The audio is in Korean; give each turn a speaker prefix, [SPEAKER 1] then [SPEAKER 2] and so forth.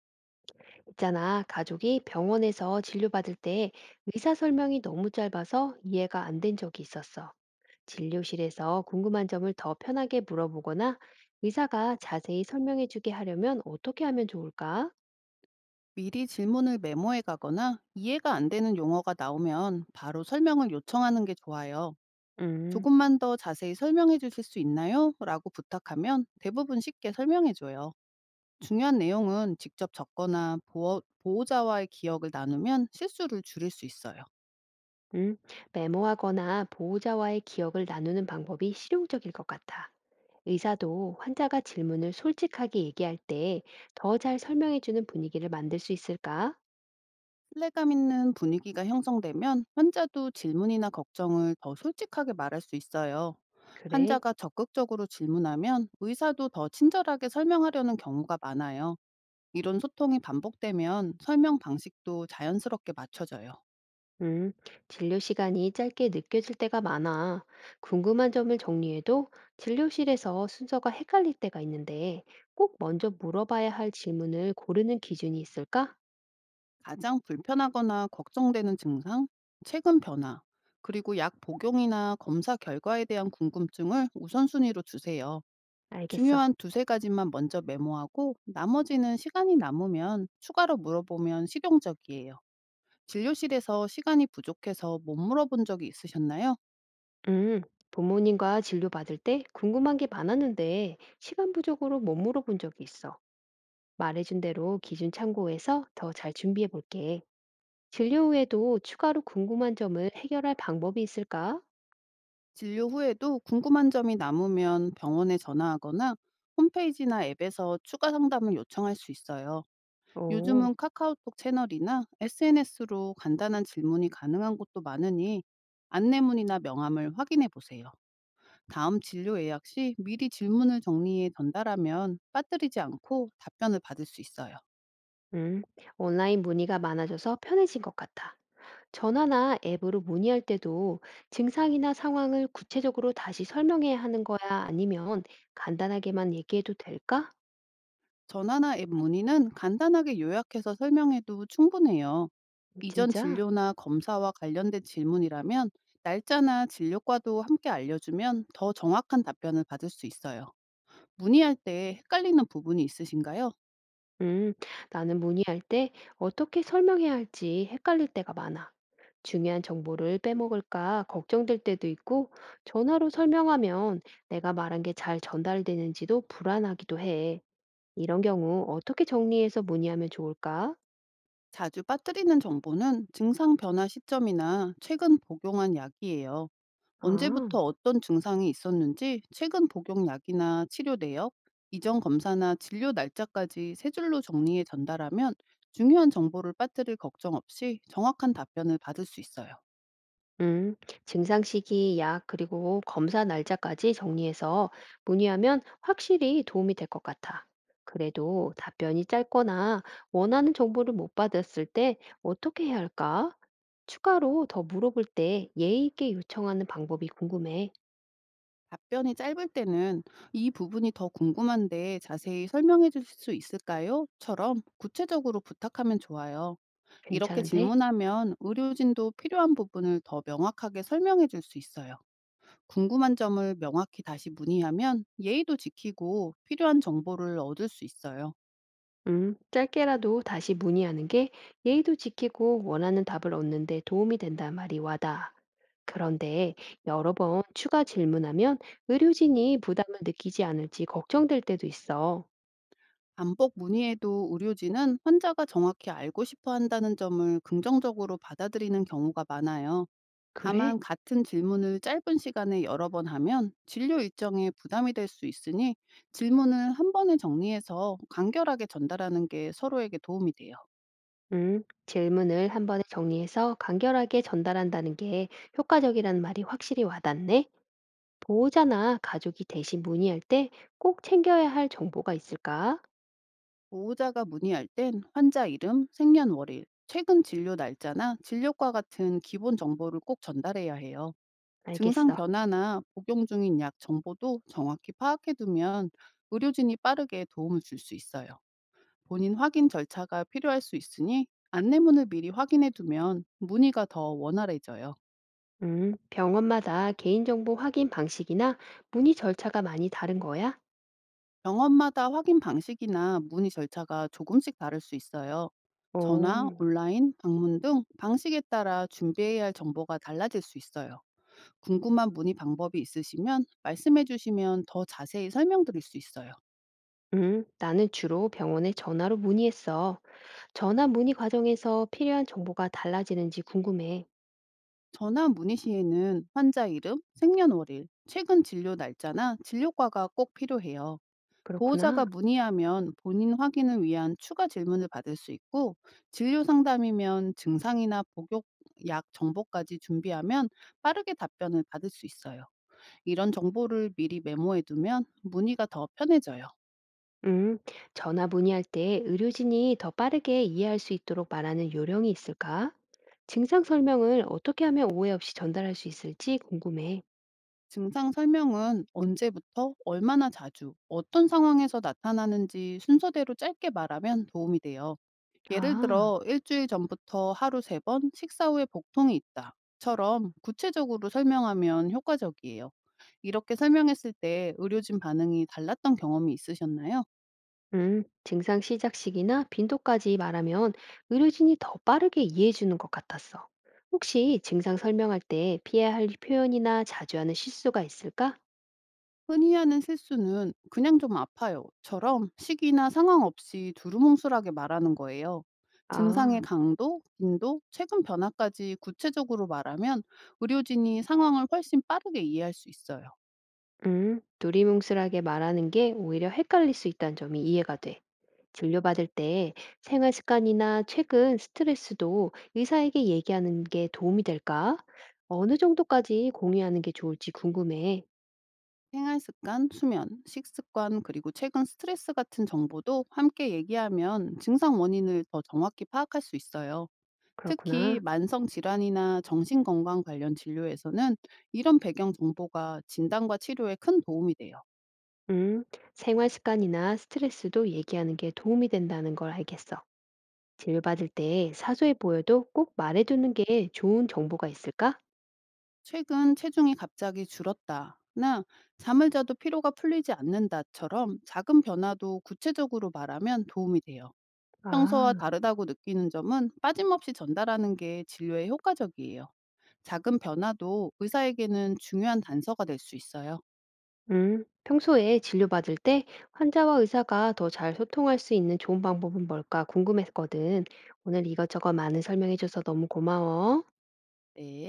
[SPEAKER 1] 있잖아, 가족이 병원에서 진료받을 때 의사 설명이 너무 짧아서 이해가 안 된 적이 있었어. 진료실에서 궁금한 점을 더 편하게 물어보거나 의사가 자세히 설명해주게 하려면 어떻게 하면 좋을까?
[SPEAKER 2] 미리 질문을 메모해 가거나 이해가 안 되는 용어가 나오면 바로 설명을 요청하는 게 좋아요.
[SPEAKER 1] 음,
[SPEAKER 2] 조금만 더 자세히 설명해 주실 수 있나요? 라고 부탁하면 대부분 쉽게 설명해 줘요. 중요한 내용은 직접 적거나 보호, 자와의 기억을 나누면 실수를 줄일 수 있어요.
[SPEAKER 1] 음, 메모하거나 보호자와의 기억을 나누는 방법이 실용적일 것 같아. 의사도 환자가 질문을 솔직하게 얘기할 때 더 잘 설명해주는 분위기를 만들 수 있을까?
[SPEAKER 2] 신뢰감 있는 분위기가 형성되면 환자도 질문이나 걱정을 더 솔직하게 말할 수 있어요.
[SPEAKER 1] 그래.
[SPEAKER 2] 환자가 적극적으로 질문하면 의사도 더 친절하게 설명하려는 경우가 많아요. 이런 소통이 반복되면 설명 방식도 자연스럽게 맞춰져요.
[SPEAKER 1] 음, 진료 시간이 짧게 느껴질 때가 많아. 궁금한 점을 정리해도 진료실에서 순서가 헷갈릴 때가 있는데 꼭 먼저 물어봐야 할 질문을 고르는 기준이 있을까?
[SPEAKER 2] 가장 불편하거나 걱정되는 증상, 체중 변화, 그리고 약 복용이나 검사 결과에 대한 궁금증을 우선순위로 두세요.
[SPEAKER 1] 알겠어.
[SPEAKER 2] 중요한 두세 가지만 먼저 메모하고 나머지는 시간이 남으면 추가로 물어보면 실용적이에요. 진료실에서 시간이 부족해서 못 물어본 적이 있으셨나요?
[SPEAKER 1] 음, 부모님과 진료받을 때 궁금한 게 많았는데 시간 부족으로 못 물어본 적이 있어. 말해준 대로 기준 참고해서 더 잘 준비해 볼게. 진료 후에도 추가로 궁금한 점을 해결할 방법이 있을까?
[SPEAKER 2] 진료 후에도 궁금한 점이 남으면 병원에 전화하거나 홈페이지나 앱에서 추가 상담을 요청할 수 있어요.
[SPEAKER 1] 오.
[SPEAKER 2] 요즘은 카카오톡 채널이나 SNS로 간단한 질문이 가능한 곳도 많으니 안내문이나 명함을 확인해 보세요. 다음 진료 예약 시 미리 질문을 정리해 전달하면 빠뜨리지 않고 답변을 받을 수 있어요.
[SPEAKER 1] 음, 온라인 문의가 많아져서 편해진 것 같아. 전화나 앱으로 문의할 때도 증상이나 상황을 구체적으로 다시 설명해야 하는 거야? 아니면 간단하게만 얘기해도 될까?
[SPEAKER 2] 전화나 앱 문의는 간단하게 요약해서 설명해도 충분해요. 이전
[SPEAKER 1] 진짜?
[SPEAKER 2] 진료나 검사와 관련된 질문이라면 날짜나 진료과도 함께 알려주면 더 정확한 답변을 받을 수 있어요. 문의할 때 헷갈리는 부분이 있으신가요?
[SPEAKER 1] 음, 나는 문의할 때 어떻게 설명해야 할지 헷갈릴 때가 많아. 중요한 정보를 빼먹을까 걱정될 때도 있고, 전화로 설명하면 내가 말한 게 잘 전달되는지도 불안하기도 해. 이런 경우 어떻게 정리해서 문의하면 좋을까?
[SPEAKER 2] 자주 빠뜨리는 정보는 증상 변화 시점이나 최근 복용한 약이에요.
[SPEAKER 1] 아.
[SPEAKER 2] 언제부터 어떤 증상이 있었는지, 최근 복용약이나 치료 내역, 이전 검사나 진료 날짜까지 세 줄로 정리해 전달하면 중요한 정보를 빠뜨릴 걱정 없이 정확한 답변을 받을 수 있어요.
[SPEAKER 1] 음, 증상 시기, 약, 그리고 검사 날짜까지 정리해서 문의하면 확실히 도움이 될 것 같아. 그래도 답변이 짧거나 원하는 정보를 못 받았을 때 어떻게 해야 할까? 추가로 더 물어볼 때 예의 있게 요청하는 방법이 궁금해.
[SPEAKER 2] 답변이 짧을 때는 이 부분이 더 궁금한데 자세히 설명해 주실 수 있을까요? 처럼 구체적으로 부탁하면 좋아요. 이렇게
[SPEAKER 1] 괜찮은데?
[SPEAKER 2] 질문하면 의료진도 필요한 부분을 더 명확하게 설명해 줄 수 있어요. 궁금한 점을 명확히 다시 문의하면 예의도 지키고 필요한 정보를 얻을 수 있어요.
[SPEAKER 1] 짧게라도 다시 문의하는 게 예의도 지키고 원하는 답을 얻는 데 도움이 된다 말이 와다. 그런데 여러 번 추가 질문하면 의료진이 부담을 느끼지 않을지 걱정될 때도 있어.
[SPEAKER 2] 반복 문의에도 의료진은 환자가 정확히 알고 싶어 한다는 점을 긍정적으로 받아들이는 경우가 많아요.
[SPEAKER 1] 그래?
[SPEAKER 2] 다만 같은 질문을 짧은 시간에 여러 번 하면 진료 일정에 부담이 될 수 있으니 질문을 한 번에 정리해서 간결하게 전달하는 게 서로에게 도움이 돼요.
[SPEAKER 1] 질문을 한 번에 정리해서 간결하게 전달한다는 게 효과적이라는 말이 확실히 와닿네. 보호자나 가족이 대신 문의할 때 꼭 챙겨야 할 정보가 있을까?
[SPEAKER 2] 보호자가 문의할 땐 환자 이름, 생년월일, 최근 진료 날짜나 진료과 같은 기본 정보를 꼭 전달해야 해요. 증상
[SPEAKER 1] 알겠어.
[SPEAKER 2] 변화나 복용 중인 약 정보도 정확히 파악해두면 의료진이 빠르게 도움을 줄 수 있어요. 본인 확인 절차가 필요할 수 있으니 안내문을 미리 확인해두면 문의가 더 원활해져요.
[SPEAKER 1] 병원마다 개인정보 확인 방식이나 문의 절차가 많이 다른 거야?
[SPEAKER 2] 병원마다 확인 방식이나 문의 절차가 조금씩 다를 수 있어요. 전화,
[SPEAKER 1] 오,
[SPEAKER 2] 온라인, 방문 등 방식에 따라 준비해야 할 정보가 달라질 수 있어요. 궁금한 문의 방법이 있으시면 말씀해 주시면 더 자세히 설명드릴 수 있어요.
[SPEAKER 1] 나는 주로 병원에 전화로 문의했어. 전화 문의 과정에서 필요한 정보가 달라지는지 궁금해.
[SPEAKER 2] 전화 문의 시에는 환자 이름, 생년월일, 최근 진료 날짜나 진료과가 꼭 필요해요. 보호자가
[SPEAKER 1] 그렇구나.
[SPEAKER 2] 문의하면 본인 확인을 위한 추가 질문을 받을 수 있고 진료 상담이면 증상이나 복용 약 정보까지 준비하면 빠르게 답변을 받을 수 있어요. 이런 정보를 미리 메모해 두면 문의가 더 편해져요.
[SPEAKER 1] 음, 전화 문의할 때 의료진이 더 빠르게 이해할 수 있도록 말하는 요령이 있을까? 증상 설명을 어떻게 하면 오해 없이 전달할 수 있을지 궁금해.
[SPEAKER 2] 증상 설명은 언제부터 얼마나 자주 어떤 상황에서 나타나는지 순서대로 짧게 말하면 도움이 돼요. 예를
[SPEAKER 1] 아.
[SPEAKER 2] 들어 "일주일 전부터 하루 3번 식사 후에 복통이 있다."처럼 구체적으로 설명하면 효과적이에요. 이렇게 설명했을 때 의료진 반응이 달랐던 경험이 있으셨나요?
[SPEAKER 1] 증상 시작 시기나 빈도까지 말하면 의료진이 더 빠르게 이해해 주는 것 같았어. 혹시 증상 설명할 때 피해야 할 표현이나 자주 하는 실수가 있을까?
[SPEAKER 2] 흔히 하는 실수는 "그냥 좀 아파요."처럼 시기나 상황 없이 두루뭉술하게 말하는 거예요. 증상의
[SPEAKER 1] 아,
[SPEAKER 2] 강도, 빈도, 최근 변화까지 구체적으로 말하면 의료진이 상황을 훨씬 빠르게 이해할 수 있어요.
[SPEAKER 1] 두리뭉술하게 말하는 게 오히려 헷갈릴 수 있다는 점이 이해가 돼. 진료받을 때 생활 습관이나 최근 스트레스도 의사에게 얘기하는 게 도움이 될까? 어느 정도까지 공유하는 게 좋을지 궁금해.
[SPEAKER 2] 생활 습관, 수면, 식습관, 그리고 최근 스트레스 같은 정보도 함께 얘기하면 증상 원인을 더 정확히 파악할 수 있어요. 특히
[SPEAKER 1] 그렇구나.
[SPEAKER 2] 만성 질환이나 정신 건강 관련 진료에서는 이런 배경 정보가 진단과 치료에 큰 도움이 돼요.
[SPEAKER 1] 음, 생활 습관이나 스트레스도 얘기하는 게 도움이 된다는 걸 알겠어. 진료받을 때 사소해 보여도 꼭 말해두는 게 좋은 정보가 있을까?
[SPEAKER 2] 최근 체중이 갑자기 줄었다나 잠을 자도 피로가 풀리지 않는다처럼 작은 변화도 구체적으로 말하면 도움이 돼요.
[SPEAKER 1] 아,
[SPEAKER 2] 평소와 다르다고 느끼는 점은 빠짐없이 전달하는 게 진료에 효과적이에요. 작은 변화도 의사에게는 중요한 단서가 될 수 있어요.
[SPEAKER 1] 평소에 진료받을 때 환자와 의사가 더 잘 소통할 수 있는 좋은 방법은 뭘까 궁금했거든. 오늘 이것저것 많은 설명해줘서 너무 고마워.
[SPEAKER 2] 네.